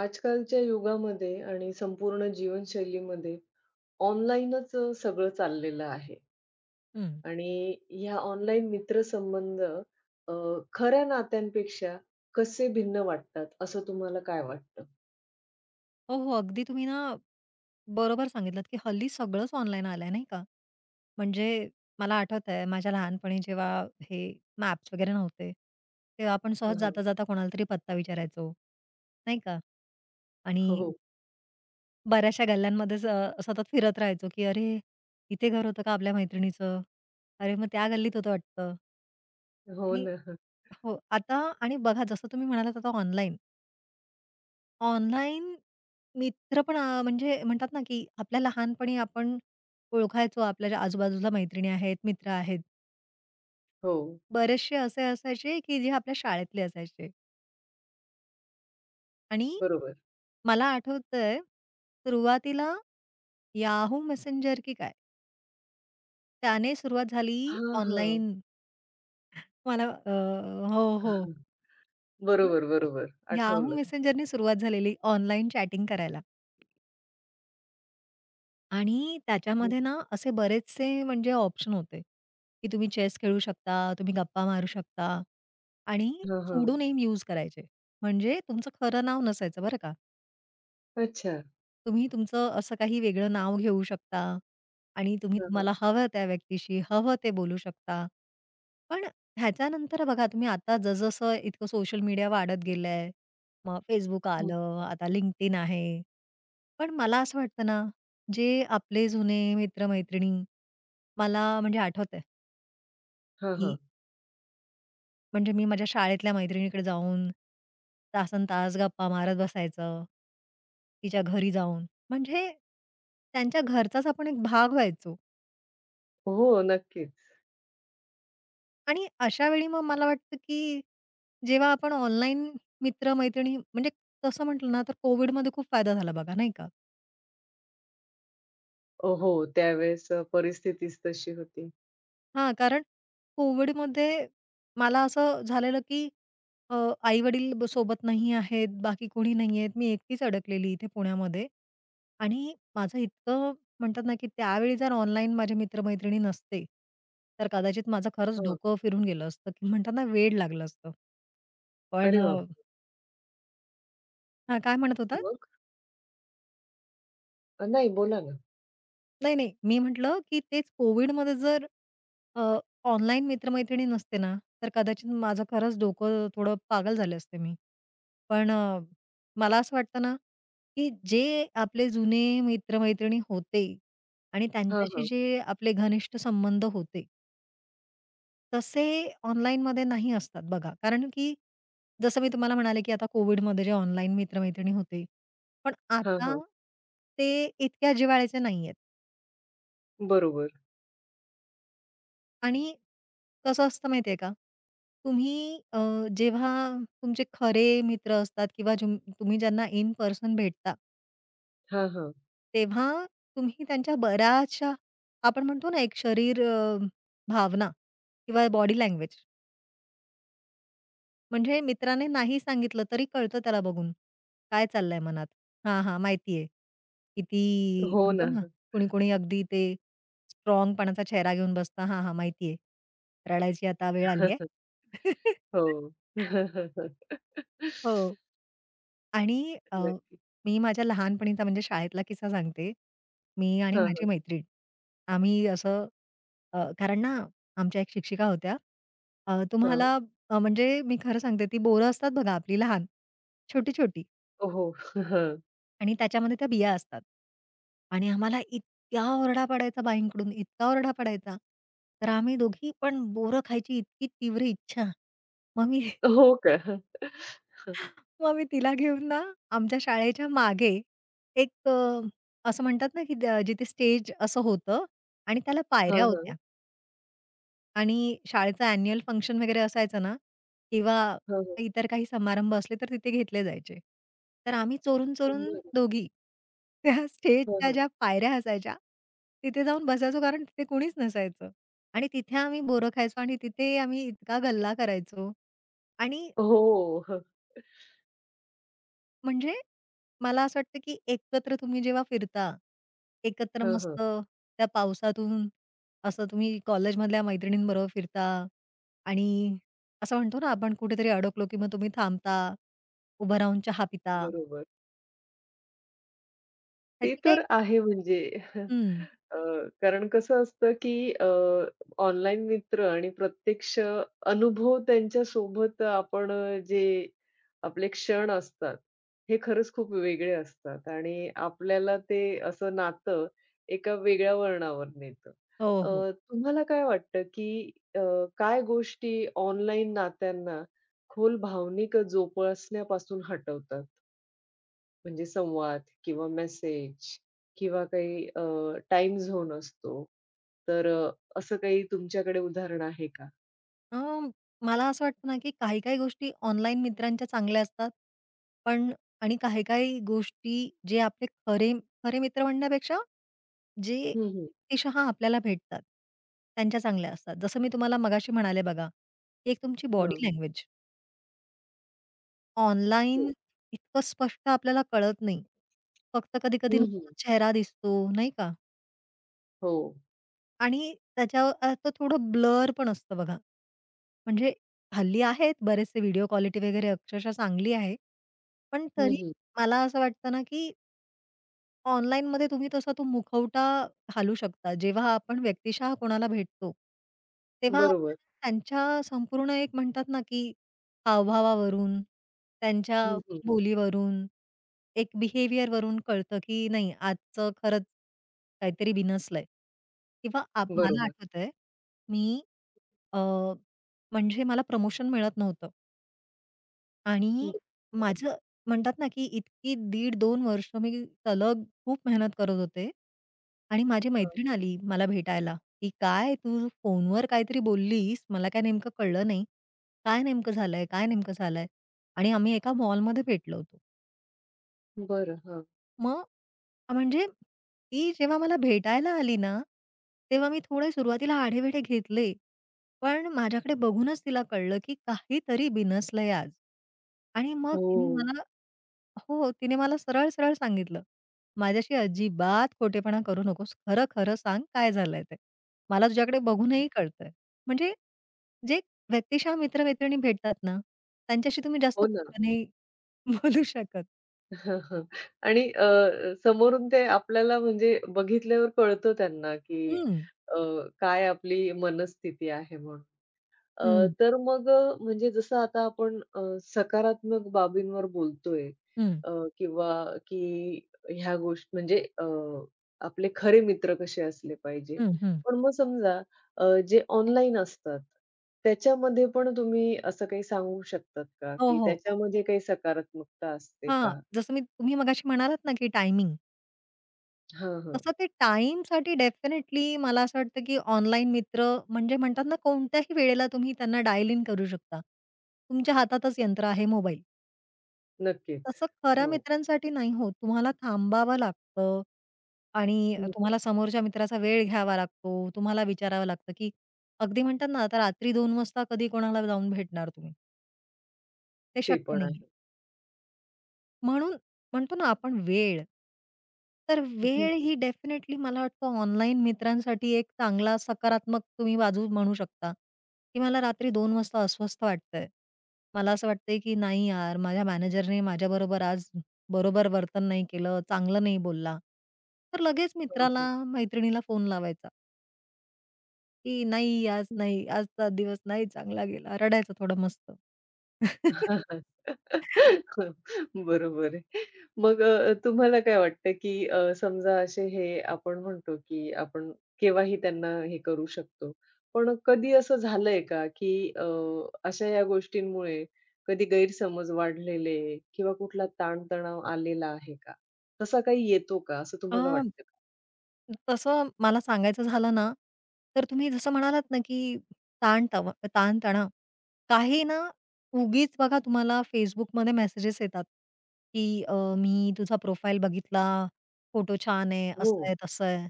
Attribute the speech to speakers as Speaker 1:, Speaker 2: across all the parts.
Speaker 1: आजकालच्या युगामध्ये आणि संपूर्ण जीवनशैलीमध्ये ऑनलाईनच सगळं चाललेलं आहे
Speaker 2: हं.
Speaker 1: आणि ह्या ऑनलाईन मित्रसंबंध अ, खऱ्या नात्यांपेक्षा कसे भिन्न वाटतात असं तुम्हाला काय वाटतं?
Speaker 2: हो, हो. अगदी तुम्ही ना, बरोबर सांगितलत, की हल्ली सगळंच ऑनलाईन आलंय नाही का? म्हणजे मला आठवतंय माझ्या लहानपणी जेव्हा हे मॅप्स वगैरे नव्हते, तेव्हा आपण सहज
Speaker 1: हं, हं.
Speaker 2: जाता-जाता कोणाला तरी पत्ता विचारायचो, नाही का? आणि
Speaker 1: हो.
Speaker 2: बऱ्याचशा गल्ल्यांमध्येच सतत फिरत राहायचो, की "अरे, इथे घर होतं का आपल्या मैत्रिणीचं? अरे, मग त्या गल्लीत होतं वाटतं."
Speaker 1: हो
Speaker 2: आणि
Speaker 1: ना. हं.
Speaker 2: हो, आता आणि बघा जसं तुम्ही म्हणालात आता ऑनलाईन ऑनलाईन मित्र पण म्हणजे म्हणतात ना, की आपल्या लहानपणी आपण ओळखायचो आपल्या ज्या आजूबाजूला मैत्रिणी आहेत, मित्र आहेत.
Speaker 1: हो.
Speaker 2: बरेचसे असे असायचे, की जे आपल्या शाळेतले असायचे. आणि
Speaker 1: बरोबर.
Speaker 2: मला आठवतंय सुरुवातीला Yahoo मेसेंजर की काय? त्याने सुरुवात झाली
Speaker 1: हां, हां.
Speaker 2: ऑनलाईन मला हो, हो.
Speaker 1: हं. बरोबर, बरोबर.
Speaker 2: Yahoo
Speaker 1: आठवलं.
Speaker 2: Messengerने सुरुवात झालेली ऑनलाईन चॅटिंग करायला. आणि
Speaker 1: हं.
Speaker 2: त्याच्यामध्ये ना असे बरेचसे म्हणजे ऑप्शन होते, की तुम्ही चेस खेळू शकता, तुम्ही गप्पा मारू शकता आणि
Speaker 1: हां, हां.
Speaker 2: सुडो नेम यूज करायचे. म्हणजे तुमचं खरं नाव नसायचं बरं का.
Speaker 1: अच्छा.
Speaker 2: तुम्ही तुमचं असं काही वेगळं नाव घेऊ शकता आणि तुम्ही
Speaker 1: हां, हां.
Speaker 2: तुम्हाला हवं त्या व्यक्तीशी हवं ते बोलू शकता. पण ह्याच्यानंतर बघा तुम्ही आता जसं-जसं इतकं सोशल मीडिया वाढत गेलंय, मग Facebook
Speaker 1: हं.
Speaker 2: आलं, आता LinkedIn आहे. पण मला असं वाटतं ना, जे आपले जुने मित्र मला म्हणजे आठवतंय
Speaker 1: हां, हां.
Speaker 2: की म्हणजे मी माझ्या शाळेतल्या मैत्रिणीकडे जाऊन तासनतास गप्पा मारत बसायचं. तिच्या घरी जाऊन. म्हणजे त्यांच्या घरचाच आपण एक भाग व्हायचो
Speaker 1: हो, नक्कीच.
Speaker 2: आणि अशा वेळी मग मला वाटतं, की जेव्हा आपण ऑनलाईन मित्र-मैत्रिणी म्हणजे तसं म्हटलं ना, तर कोव्हिडमध्ये खूप फायदा झाला बघा, नाही का?
Speaker 1: हो, हो. त्यावेळेस परिस्थितीच तशी होती.
Speaker 2: हां, कारण कोविडमध्ये मला असं झालेलं, की अ, आई-वडील सोबत नाही आहेत, बाकी कोणी नाही आहेत. मी एकटीच अडकलेली इथे पुण्यामध्ये आणि माझं इतकं म्हणतात ना, की त्यावेळी जर ऑनलाईन माझे मित्र नसते, तर कदाचित माझं खरंच
Speaker 1: हं.
Speaker 2: डोकं फिरून गेलं असतं, की म्हणतात ना, वेड लागलं असतं. पण
Speaker 1: अरे बापरे!
Speaker 2: हां, काय म्हणत होता?
Speaker 1: मग? नाही बोला ना.
Speaker 2: नाही, नाही. मी म्हटलं, की तेच कोविडमध्ये जर ऑनलाईन मित्र नसते ना, तर कदाचित माझं खरंच डोकं थोडं पागल झाले असते मी. पण मला असं वाटतं ना, की जे आपले जुने मित्र-मैत्रिणी होते आणि
Speaker 1: हां,
Speaker 2: त्यांच्याशी
Speaker 1: हां.
Speaker 2: जे आपले घनिष्ठ संबंध होते, तसे ऑनलाईनमध्ये नाही असतात बघा. कारण की जसं मी तुम्हाला म्हणाले, की आता कोविडमध्ये जे ऑनलाईन मित्र-मैत्रिणी होते, पण
Speaker 1: हां,
Speaker 2: आता
Speaker 1: हां.
Speaker 2: ते इतक्या जिव्हाळ्याचे नाहीयेत.
Speaker 1: बरोबर.
Speaker 2: आणि कसं असतं माहिती का? तुम्ही जेव्हा तुमचे खरे मित्र असतात किंवा जुम तुम्ही ज्यांना इन पर्सन भेटता
Speaker 1: हां, हां.
Speaker 2: तेव्हा तुम्ही त्यांच्या बऱ्याचशा आपण म्हणतो ना, एक शरीर भावना किंवा बॉडी लँग्वेज म्हणजे मित्राने नाही सांगितलं तरी कळतं त्याला बघून, काय चाललंय मनात. हां, हां, माहिती आहे. किती
Speaker 1: हो
Speaker 2: म्हणतो
Speaker 1: ना.
Speaker 2: ना, कुणी-कुणी अगदी ते स्ट्रॉंग पणाचा चेहरा घेऊन बसतं. हां, हां, माहिती रडायची आता वेळ आली आहे.
Speaker 1: हो.
Speaker 2: हो. आणि
Speaker 1: नक्की.
Speaker 2: मी माझ्या लहानपणीचा म्हणजे शाळेतला किस्सा सांगते. मी आणि
Speaker 1: हां,
Speaker 2: माझी
Speaker 1: हां.
Speaker 2: मैत्रीण, आम्ही असं कारण ना, आमच्या एक शिक्षिका होत्या.
Speaker 1: हां.
Speaker 2: तुम्हाला म्हणजे मी खरं सांगते, ती बोरं असतात बघा आपली लहान, छोटी-छोटी
Speaker 1: हो. हां.
Speaker 2: आणि त्याच्यामध्ये त्या बिया असतात. आणि आम्हाला इतका ओरडा पडायचा बाईंकडून, इतका ओरडा पडायचा. तर आम्ही दोघी पण बोरं खायची इतकी तीव्र इच्छा. मग मी
Speaker 1: हो का?
Speaker 2: मग मी तिला घेऊन ना, आमच्या शाळेच्या मागे एक असं म्हणतात ना, की जिथे स्टेज असं होतं आणि त्याला
Speaker 1: हां,
Speaker 2: पायऱ्या होत्या.
Speaker 1: हां.
Speaker 2: आणि शाळेचं ॲन्युअल फंक्शन वगैरे असायचं ना किंवा
Speaker 1: हां, हां.
Speaker 2: इतर काही समारंभ असले तर तिथे घेतले जायचे. तर आम्ही चोरून-चोरून
Speaker 1: बरं.
Speaker 2: दोघी त्या
Speaker 1: हां,
Speaker 2: स्टेजच्या
Speaker 1: हां.
Speaker 2: ज्या पायऱ्या असायच्या तिथे जाऊन बसायचो कारण तिथे कुणीच नसायचं आणि तिथे आम्ही बोरं खायचो आणि तिथे आम्ही इतका गल्ला करायचो आणि
Speaker 1: हो.
Speaker 2: म्हणजे मला असं वाटतं, की एकत्र तुम्ही जेव्हा फिरता, एकत्र
Speaker 1: हां, हां.
Speaker 2: मस्त त्या पावसातून असं तुम्ही कॉलेजमधल्या मैत्रिणींबरोबर फिरता आणि असं म्हणतो ना आपण कुठेतरी अडकलो, की मग तुम्ही थांबता, उभं राहून चहा पिता.
Speaker 1: बरोबर. ते
Speaker 2: ह्याची काही
Speaker 1: तर आहे म्हणजे
Speaker 2: हं.
Speaker 1: अ, कारण कसं असतं, की ऑनलाईन मित्र आणि प्रत्यक्ष अनुभव त्यांच्यासोबत आपण जे आपले क्षण असतात, हे खरंच खूप वेगळे असतात आणि आपल्याला ते असं नातं एका वेगळ्या वळणावर नेतं.
Speaker 2: हो, हो.
Speaker 1: तुम्हाला काय वाटतं, की काय गोष्टी ऑनलाईन नात्यांना खोल भावनिक जोपासण्यापासून हटवतात? म्हणजे संवाद किंवा मेसेज किंवा काही टाईम झोन असतो. तर असं काही तुमच्याकडे उदाहरण आहे का?
Speaker 2: अ, मला असं वाटतं ना, की काही-काही गोष्टी ऑनलाईन मित्रांच्या चांगल्या असतात. पण आणि काही-काही गोष्टी जे आपले खरे खरे मित्र म्हणण्यापेक्षा जे
Speaker 1: हं, हं.
Speaker 2: व्यक्तिशः आपल्याला भेटतात, त्यांच्या चांगल्या असतात. जसं मी तुम्हाला मगाशी म्हणाले बघा, एक तुमची
Speaker 1: हां.
Speaker 2: बॉडी लँग्वेज ऑनलाईन
Speaker 1: हो.
Speaker 2: इतकं स्पष्ट आपल्याला कळत नाही. फक्त कधी-कधी
Speaker 1: हं, हं.
Speaker 2: नुसता चेहरा दिसतो, नाही का?
Speaker 1: हो.
Speaker 2: आणि त्याच्यावर आता थोडं ब्लर पण असतं बघा. म्हणजे हल्ली आहेत बरेचसे व्हिडिओ क्वालिटी वगैरे अक्षरशः चांगली आहे. पण
Speaker 1: हं,
Speaker 2: तरी
Speaker 1: हं.
Speaker 2: मला असं वाटतं ना, की ऑनलाईनमध्ये तुम्ही तसा तो मुखवटा घालू शकता. जेव्हा आपण व्यक्तिशः कोणाला भेटतो, तेव्हा
Speaker 1: बरोबर.
Speaker 2: आपल्याला त्यांच्या संपूर्ण एक म्हणतात ना, की हावभावावरून, त्यांच्या
Speaker 1: हं, हं.
Speaker 2: बोलीवरून, एक बिहेवियर वरून, कळतं, की नाही आजचं खरंच काहीतरी बिनसलंय किंवा आप मला
Speaker 1: बरोबर.
Speaker 2: आठवतंय, मी अ, म्हणजे मला प्रमोशन मिळत नव्हतं. आणि
Speaker 1: हं.
Speaker 2: माझं म्हणतात ना, की इतकी दीड-दोन वर्ष मी सलग खूप मेहनत करत होते. आणि माझी
Speaker 1: हां.
Speaker 2: मैत्रीण आली मला भेटायला, की "काय तू फोनवर काहीतरी बोललीस, मला काय नेमकं कळलं नाही. काय नेमकं झालंय? काय नेमकं झालंय?" आणि आम्ही एका मॉलमध्ये भेटलो होतो.
Speaker 1: बरं. हां.
Speaker 2: मग म्हणजे ती जेव्हा मला भेटायला आली ना, तेव्हा मी थोडे सुरुवातीला आढेवेढे घेतले. पण माझ्याकडे बघूनच तिला कळलं, की काहीतरी बिनसलंय आज. आणि मग तिने हं.
Speaker 1: हो.
Speaker 2: मला हो, हो, तिने मला सरळ-सरळ सांगितलं, "माझ्याशी अजिबात खोटेपणा करू नकोस. खरं-खरं सांग काय झालंय ते. मला तुझ्याकडे बघूनही कळतंय." म्हणजे जे व्यक्तिशः मित्र भेटतात ना, त्यांच्याशी तुम्ही जास्त
Speaker 1: हो ना.
Speaker 2: खोटं नाही बोलू शकत.
Speaker 1: आणि समोरून ते आपल्याला म्हणजे बघितल्यावर कळतं त्यांना, की
Speaker 2: हं,
Speaker 1: अ, काय आपली मनस्थिती आहे म्हणून. अ,
Speaker 2: हं,
Speaker 1: तर मग म्हणजे जसं आता आपण सकारात्मक बाबींवर बोलतोय
Speaker 2: हं,
Speaker 1: अ, किंवा की ह्या गोष्टी म्हणजे आपले खरे मित्र कसे असले पाहिजे.
Speaker 2: हं, हं.
Speaker 1: पण मग समजा जे ऑनलाईन असतात, त्याच्यामध्ये पण तुम्ही असं काही सांगू शकतात का?
Speaker 2: हो,
Speaker 1: की
Speaker 2: हो.
Speaker 1: त्याच्यामध्ये काही सकारात्मकता असते
Speaker 2: हां,
Speaker 1: का?
Speaker 2: जसं मी तुम्ही मगाशी म्हणालात ना, की टायमिंग.
Speaker 1: हां, हां.
Speaker 2: तसं ते टाईमसाठी डेफिनेटली मला असं वाटतं, की ऑनलाईन मित्र म्हणजे म्हणतात ना, कोणत्याही वेळेला तुम्ही त्यांना डायल इन करू शकता. तुमच्या हातातच यंत्र आहे मोबाईल.
Speaker 1: नक्कीच.
Speaker 2: तसं खऱ्या
Speaker 1: हो.
Speaker 2: मित्रांसाठी नाही होत. तुम्हाला थांबावं लागतं आणि
Speaker 1: हं.
Speaker 2: तुम्हाला समोरच्या मित्राचा वेळ घ्यावा लागतो. तुम्हाला विचारावं लागतं, की अगदी म्हणतात ना, आता रात्री 2:00 वाजता कधी कोणाला जाऊन भेटणार तुम्ही? ते
Speaker 1: ते
Speaker 2: शक्य
Speaker 1: पण
Speaker 2: नाही
Speaker 1: आहे.
Speaker 2: म्हणून म्हणतो ना आपण वेळ. तर
Speaker 1: हं,
Speaker 2: वेळ
Speaker 1: हं.
Speaker 2: ही डेफिनेटली मला वाटतं ऑनलाईन मित्रांसाठी एक चांगला सकारात्मक तुम्ही बाजू म्हणू शकता, की मला रात्री 2:00 वाजता अस्वस्थ वाटतंय. मला असं वाटतंय की नाही यार, माझ्या मॅनेजरने माझ्याबरोबर आज बरोबर वर्तन नाही केलं, चांगलं नाही बोलला. तर लगेच
Speaker 1: हां,
Speaker 2: मित्राला,
Speaker 1: हां.
Speaker 2: मैत्रिणीला फोन लावायचा, की "नाही, आज नाही. आजचा दिवस नाही चांगला गेला." रडायचं थोडं मस्त.
Speaker 1: बरोबर आहे. मग तुम्हाला काय वाटतं, की समजा असे हे आपण म्हणतो, की आपण केव्हाही त्यांना हे करू शकतो. पण कधी असं झालंय का, की अ, अशा या गोष्टींमुळे कधी गैरसमज वाढलेले आहे किंवा कुठला ताणतणाव आलेला आहे का? तसा काही येतो का असं तुम्हाला वाटतं का?
Speaker 2: तसं मला सांगायचं झालं ना, तर तुम्ही जसं म्हणालात ना, की ताण-तवा ताण तव ताणतणाव, काही ना उगीच बघा तुम्हाला Facebookमध्ये मेसेजेस येतात, की "मी तुझा प्रोफाईल बघितला, फोटो छान आहे,
Speaker 1: हो,
Speaker 2: असं आहे, तसं आहे."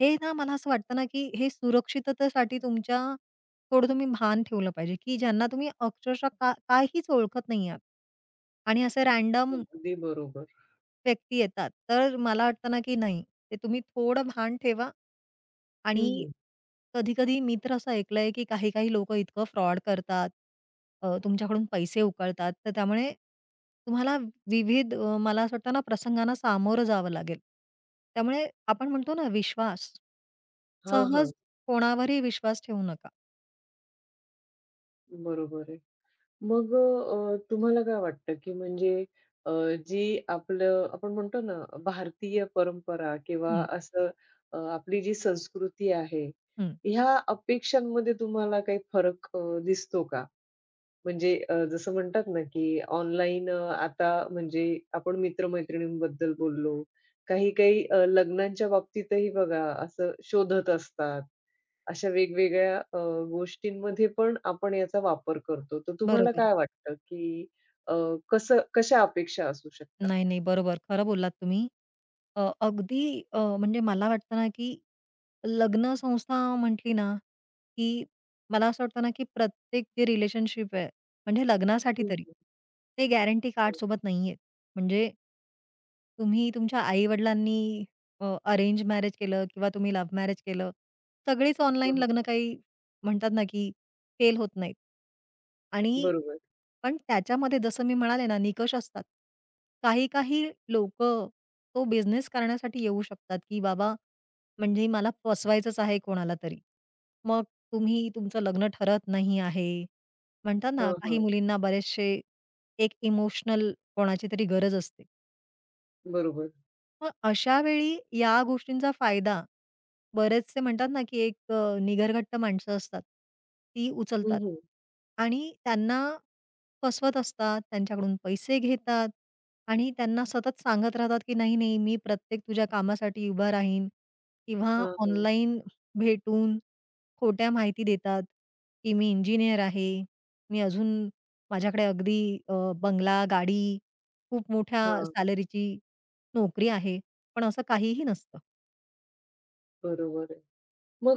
Speaker 2: हे ना मला असं वाटतं ना, की हे सुरक्षिततेसाठी तुमच्या थोडं तुम्ही भान ठेवलं पाहिजे, की ज्यांना तुम्ही अक्षरशः का काहीच ओळखत नाही आहात आणि असे रँडम
Speaker 1: अगदी बरोबर.
Speaker 2: व्यक्ती येतात. तर मला वाटतं ना, की नाही, ते तुम्ही थोडं भान ठेवा आणि
Speaker 1: हं, हं.
Speaker 2: कधी-कधी मी तर असं ऐकलंय, की काही-काही लोकं इतकं फ्रॉड करतात, तुमच्याकडून पैसे उकळतात. तर त्यामुळे तुम्हाला विविध मला असं वाटतं ना, प्रसंगांना सामोरं जावं लागेल. त्यामुळे आपण म्हणतो ना, विश्वास. सहज
Speaker 1: हां,
Speaker 2: कोणावरही विश्वास ठेवू नका.
Speaker 1: बरोबर आहे. मग तुम्हाला काय वाटतं, की म्हणजे अ, जी आपलं आपण म्हणतो ना, भारतीय परंपरा किंवा
Speaker 2: हं.
Speaker 1: असं आपली जी संस्कृती आहे,
Speaker 2: हं.
Speaker 1: ह्या अपेक्षांमध्ये तुम्हाला काही फरक दिसतो का? म्हणजे जसं म्हणतात ना, की ऑनलाईन आता म्हणजे आपण मित्र-मैत्रिणींबद्दल बोललो. काही-काही लग्नांच्या बाबतीतही बघा असं शोधत असतात. अशा वेगवेगळ्या गोष्टींमध्ये पण आपण याचा वापर करतो. तर तुम्हाला
Speaker 2: बरोबर.
Speaker 1: काय वाटतं, की अ, कसं कशा अपेक्षा असू शकतात
Speaker 2: नाही,
Speaker 1: या?
Speaker 2: नाही. बरोबर. खरं बोललात तुम्ही. अगदी म्हणजे मला वाटतं ना, की लग्न संस्था म्हटली ना, की मला असं वाटतं ना, की प्रत्येक जे रिलेशनशिप आहे, म्हणजे लग्नासाठी
Speaker 1: हं,
Speaker 2: तरी,
Speaker 1: हं.
Speaker 2: ते गॅरंटी
Speaker 1: हं,
Speaker 2: कार्डसोबत नाहीये. म्हणजे तुम्ही तुमच्या आई-वडिलांनी अ, अरेंज मॅरेज केलं किंवा तुम्ही लव्ह मॅरेज केलं. सगळीच ऑनलाईन
Speaker 1: हं,
Speaker 2: लग्न काही म्हणतात ना, की फेल होत नाहीत. आणि
Speaker 1: बरोबर.
Speaker 2: पण त्याच्यामध्ये जसं मी म्हणाले ना, निकष असतात. काही-काही लोक तो बिझनेस करण्यासाठी येऊ शकतात, की बाबा म्हणजे मला फसवायचंच आहे कोणाला तरी. मग तुम्ही तुमचं लग्न ठरत नाही आहे. म्हणतात
Speaker 1: हां,
Speaker 2: ना, काही
Speaker 1: हां.
Speaker 2: मुलींना बरेचसे एक इमोशनल कोणाची तरी गरज असते.
Speaker 1: बरोबर.
Speaker 2: मग अशा वेळी या गोष्टींचा फायदा बरेचसे म्हणतात ना, की एक निगरघट्ट माणसं असतात. ती
Speaker 1: हं,
Speaker 2: उचलतात
Speaker 1: हं.
Speaker 2: आणि त्यांना फसवत असतात, त्यांच्याकडून पैसे घेतात आणि त्यांना सतत सांगत राहतात, की "नाही, नाही, मी प्रत्येक तुझ्या कामासाठी उभा राहीन" किंवा
Speaker 1: हां, हां.
Speaker 2: ऑनलाईन भेटून खोट्या माहिती देतात, की "मी इंजिनिअर आहे, मी अजून माझ्याकडे अगदी अ, बंगला, गाडी, खूप मोठ्या
Speaker 1: हां,
Speaker 2: सॅलरीची" नोकरी आहे, पण असं काहीही नसतं.
Speaker 1: बरोबर आहे.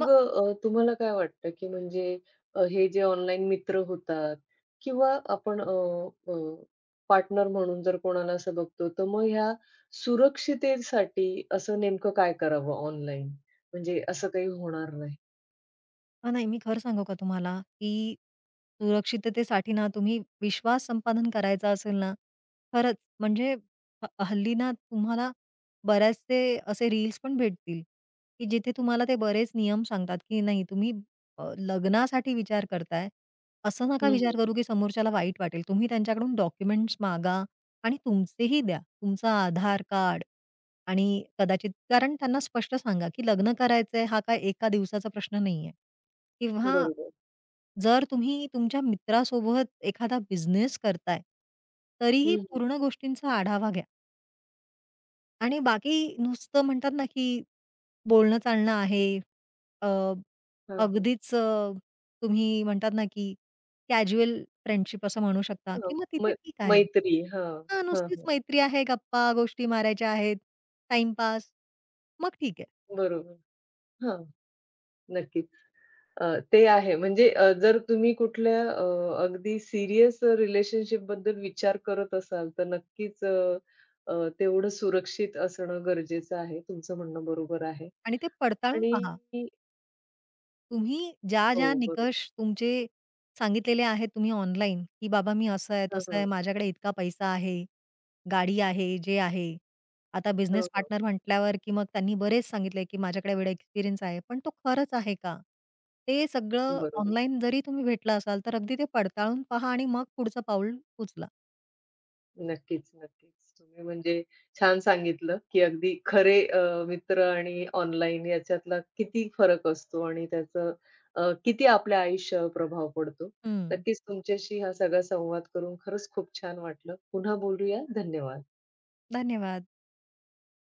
Speaker 2: मग
Speaker 1: तुम्हाला काय वाटतं, की म्हणजे हे जे ऑनलाईन मित्र होतात किंवा आपण पार्टनर म्हणून जर कोणाला असं बघतो, तर मग ह्या सुरक्षिततेसाठी असं नेमकं काय करावं ऑनलाईन? म्हणजे असं काही होणार नाही.
Speaker 2: नाही मी खरं सांगू का तुम्हाला, की सुरक्षिततेसाठी ना तुम्ही विश्वास संपादन करायचा असेल ना, खरंच म्हणजे हल्ली ना तुम्हाला बऱ्याचसे असे रील्स पण भेटतील, की जिथे तुम्हाला ते बरेच नियम सांगतात, की नाही तुम्ही लग्नासाठी विचार करताय, असं नका
Speaker 1: हं,
Speaker 2: विचार
Speaker 1: हं.
Speaker 2: करू, की समोरच्याला वाईट वाटेल. तुम्ही त्यांच्याकडून डॉक्युमेंट्स मागा आणि तुमचेही द्या. तुमचं आधार कार्ड आणि कदाचित कारण त्यांना स्पष्ट सांगा, की लग्न करायचंय हा काही एका दिवसाचा प्रश्न नाहीये किंवा
Speaker 1: बरोबर.
Speaker 2: जर तुम्ही तुमच्या मित्रासोबत एखादा बिझनेस करताय, तरीही
Speaker 1: हं, हं.
Speaker 2: पूर्ण गोष्टींचा आढावा घ्या आणि बाकी नुसतं म्हणतात ना, की बोलणं चालणं आहे. अ,
Speaker 1: हां, हां.
Speaker 2: अगदीच तुम्ही म्हणतात ना, की कॅज्युअल फ्रेंडशिप असं म्हणू शकता,
Speaker 1: हां,
Speaker 2: की मग तिथे
Speaker 1: मै
Speaker 2: ठीक आहे.
Speaker 1: मैत्री. हां,
Speaker 2: हां,
Speaker 1: हां,
Speaker 2: नुसतीच
Speaker 1: हां.
Speaker 2: मैत्री आहे, गप्पा गोष्टी मारायच्या आहेत, टाईमपास, मग ठीक आहे.
Speaker 1: बरोबर. हां, नक्कीच. अ, ते आहे. म्हणजे जर तुम्ही कुठल्या अगदी सीरियस रिलेशनशिपबद्दल विचार करत असाल, तर नक्कीच अ, अ, तेवढं सुरक्षित असणं गरजेचं आहे. तुमचं म्हणणं बरोबर आहे
Speaker 2: आणि ते पडताळून
Speaker 1: आणि
Speaker 2: पहा. तुम्ही
Speaker 1: हो,
Speaker 2: ज्या-ज्या
Speaker 1: बरोबर.
Speaker 2: निकष तुमचे सांगितलेले आहेत तुम्ही ऑनलाईन, की बाबा मी असं आहे,
Speaker 1: हां,
Speaker 2: तसं आहे,
Speaker 1: हां.
Speaker 2: माझ्याकडे इतका पैसा आहे, गाडी आहे, जे आहे. आता
Speaker 1: हां,
Speaker 2: बिझनेस
Speaker 1: हां.
Speaker 2: पार्टनर म्हटल्यावर, की मग त्यांनी बरेच सांगितले, की माझ्याकडे एवढा एक्सपिरियन्स आहे. पण तो खरंच आहे का? ते सगळं
Speaker 1: बरोबर.
Speaker 2: ऑनलाईन जरी तुम्ही भेटला असाल, तर अगदी ते पडताळून पहा आणि मग पुढचं पाऊल उचला.
Speaker 1: नक्कीच, नक्कीच. तुम्ही म्हणजे छान सांगितलं, की अगदी खरे मित्र आणि ऑनलाईन याच्यातला किती फरक असतो आणि त्याचं किती आपल्या आयुष्यावर प्रभाव पडतो.
Speaker 2: हं.
Speaker 1: नक्कीच तुमच्याशी हा सगळा संवाद करून खरंच खूप छान वाटलं. पुन्हा बोलूया. धन्यवाद.
Speaker 2: धन्यवाद.